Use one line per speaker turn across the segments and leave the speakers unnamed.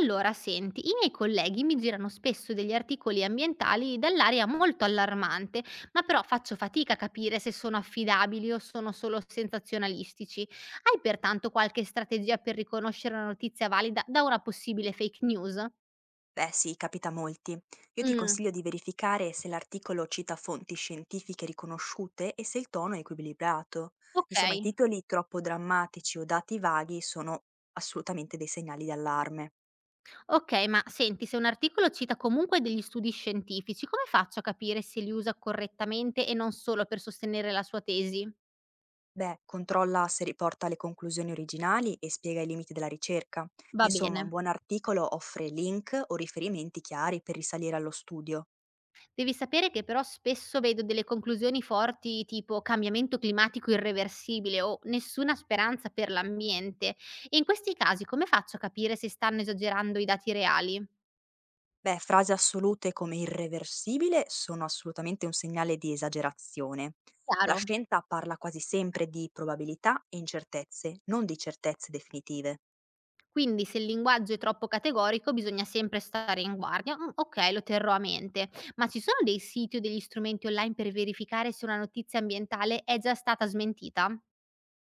Allora, senti, i miei colleghi mi girano spesso degli articoli ambientali dall'aria molto allarmante, ma però faccio fatica a capire se sono affidabili o sono solo sensazionalistici. Hai pertanto qualche strategia per riconoscere una notizia valida da una possibile fake news?
Beh sì, capita a molti. Io ti consiglio
Mm.
di verificare se l'articolo cita fonti scientifiche riconosciute e se il tono è equilibrato.
Ok,
Insomma, i titoli troppo drammatici o dati vaghi sono assolutamente dei segnali di allarme.
ok, ma senti, se un articolo cita comunque degli studi scientifici, come faccio a capire se li usa correttamente e non solo per sostenere la sua tesi?
Beh, controlla se riporta le conclusioni originali e spiega i limiti della ricerca.
Va
Insomma, un
bene.
buon articolo offre link o riferimenti chiari per risalire allo studio.
Devi sapere che però spesso vedo delle conclusioni forti tipo cambiamento climatico irreversibile o nessuna speranza per l'ambiente. E in questi casi come faccio a capire se stanno esagerando i dati reali?
Beh, frasi assolute come irreversibile sono assolutamente un segnale di esagerazione. La
Chiaro.
scienza parla quasi sempre di probabilità e incertezze, non di certezze definitive.
Quindi se il linguaggio è troppo categorico bisogna sempre stare in guardia. Mm, ok, lo terrò a mente. Ma ci sono dei siti o degli strumenti online per verificare se una notizia ambientale è già stata smentita?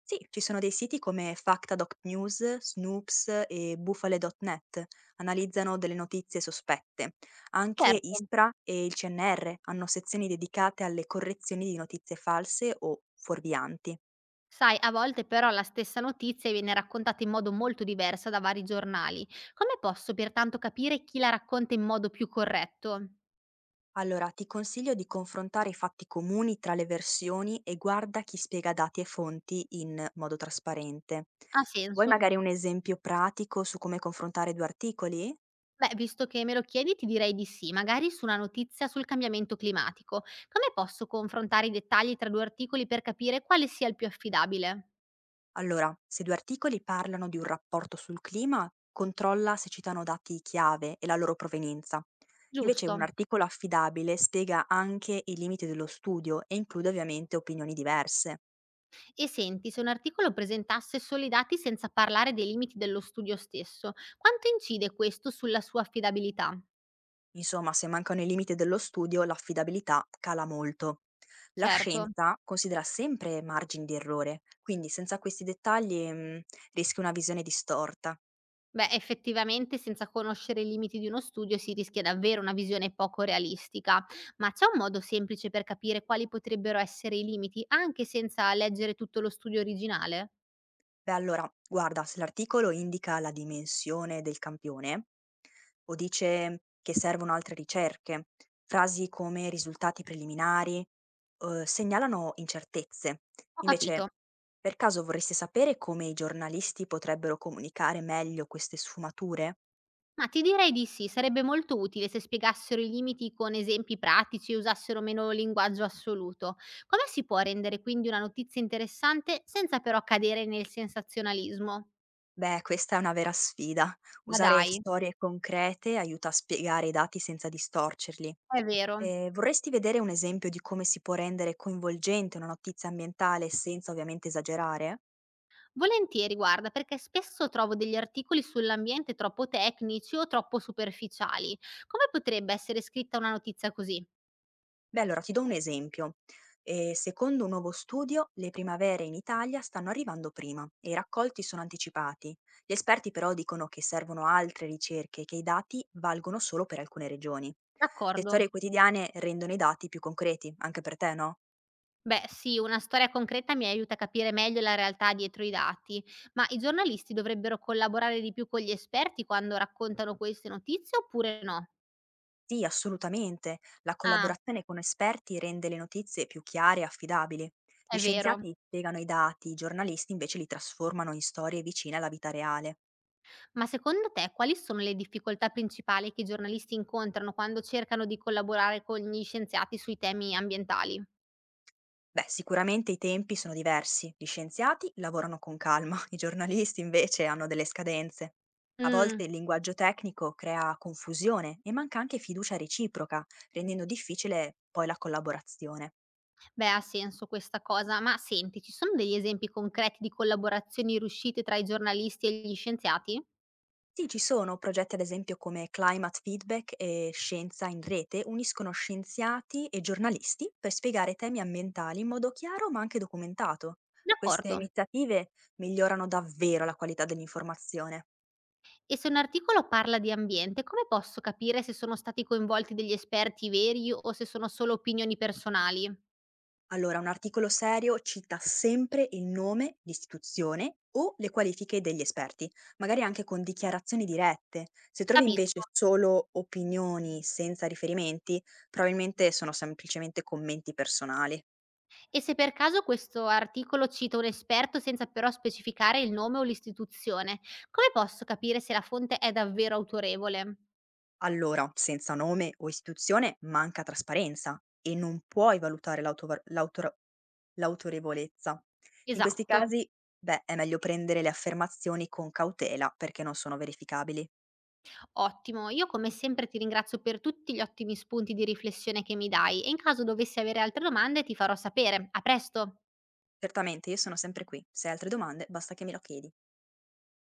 Sì, ci sono dei siti come Facta.news, Snoops e Bufale.net, analizzano delle notizie sospette. Anche
Certo.
ISPRA e il CNR hanno sezioni dedicate alle correzioni di notizie false o fuorvianti.
Sai, a volte però la stessa notizia viene raccontata in modo molto diverso da vari giornali. Come posso pertanto capire chi la racconta in modo più corretto?
Allora, ti consiglio di confrontare i fatti comuni tra le versioni e guarda chi spiega dati e fonti in modo trasparente.
Ha
Vuoi
senso?
magari un esempio pratico su come confrontare due articoli?
Beh, visto che me lo chiedi, ti direi di sì, magari su una notizia sul cambiamento climatico. Come posso confrontare i dettagli tra due articoli per capire quale sia il più affidabile?
Allora, se due articoli parlano di un rapporto sul clima, controlla se citano dati chiave e la loro provenienza. Invece un
Giusto.
articolo affidabile spiega anche i limiti dello studio e include ovviamente opinioni diverse.
E senti, se un articolo presentasse solo i dati senza parlare dei limiti dello studio stesso, quanto incide questo sulla sua affidabilità?
Insomma, se mancano i limiti dello studio, l'affidabilità cala molto. La
Certo.
scienza considera sempre margini di errore, quindi senza questi dettagli rischi una visione distorta.
Beh, effettivamente senza conoscere i limiti di uno studio si rischia davvero una visione poco realistica, ma c'è un modo semplice per capire quali potrebbero essere i limiti anche senza leggere tutto lo studio originale?
Beh, allora, guarda, se l'articolo indica la dimensione del campione o dice che servono altre ricerche, frasi come risultati preliminari, segnalano incertezze.
Ho capito.
Invece, per caso vorresti sapere come i giornalisti potrebbero comunicare meglio queste sfumature?
Ma ti direi di sì, sarebbe molto utile se spiegassero i limiti con esempi pratici e usassero meno linguaggio assoluto. Come si può rendere quindi una notizia interessante senza però cadere nel sensazionalismo?
Beh, questa è una vera sfida.
Ma
Usare
dai,
storie concrete aiuta a spiegare i dati senza distorcerli.
è vero.
Vorresti vedere un esempio di come si può rendere coinvolgente una notizia ambientale senza ovviamente esagerare?
Volentieri, guarda, perché spesso trovo degli articoli sull'ambiente troppo tecnici o troppo superficiali. Come potrebbe essere scritta una notizia così?
Beh, allora ti do un esempio. Secondo un nuovo studio, le primavere in Italia stanno arrivando prima e i raccolti sono anticipati. Gli esperti però dicono che servono altre ricerche e che i dati valgono solo per alcune regioni. Le
D'accordo.
storie quotidiane rendono i dati più concreti, anche per te, no?
Beh, sì, una storia concreta mi aiuta a capire meglio la realtà dietro i dati, ma i giornalisti dovrebbero collaborare di più con gli esperti quando raccontano queste notizie oppure no?
Sì, assolutamente. La
Ah,
collaborazione con esperti rende le notizie più chiare e affidabili. Gli
è vero.
scienziati spiegano i dati, i giornalisti invece li trasformano in storie vicine alla vita reale.
Ma secondo te quali sono le difficoltà principali che i giornalisti incontrano quando cercano di collaborare con gli scienziati sui temi ambientali?
Beh, sicuramente i tempi sono diversi. Gli scienziati lavorano con calma, i giornalisti invece hanno delle scadenze. A volte
Mm.
il linguaggio tecnico crea confusione e manca anche fiducia reciproca, rendendo difficile poi la collaborazione.
Beh, ha senso questa cosa, ma senti, ci sono degli esempi concreti di collaborazioni riuscite tra i giornalisti e gli scienziati?
Sì, ci sono progetti ad esempio come Climate Feedback e Scienza in Rete uniscono scienziati e giornalisti per spiegare temi ambientali in modo chiaro ma anche documentato. Queste
D'accordo.
iniziative migliorano davvero la qualità dell'informazione.
E se un articolo parla di ambiente, come posso capire se sono stati coinvolti degli esperti veri o se sono solo opinioni personali?
Allora, un articolo serio cita sempre il nome, l'istituzione o le qualifiche degli esperti, magari anche con dichiarazioni dirette. Se trovi invece
Capisco.
solo opinioni senza riferimenti, probabilmente sono semplicemente commenti personali.
E se per caso questo articolo cita un esperto senza però specificare il nome o l'istituzione, come posso capire se la fonte è davvero autorevole?
Allora, senza nome o istituzione manca trasparenza e non puoi valutare l'autorevolezza. In questi
Esatto.
casi, beh, è meglio prendere le affermazioni con cautela perché non sono verificabili.
Ottimo, io come sempre ti ringrazio per tutti gli ottimi spunti di riflessione che mi dai e in caso dovessi avere altre domande ti farò sapere. A presto!
Certamente, io sono sempre qui. Se hai altre domande, basta che me lo chiedi.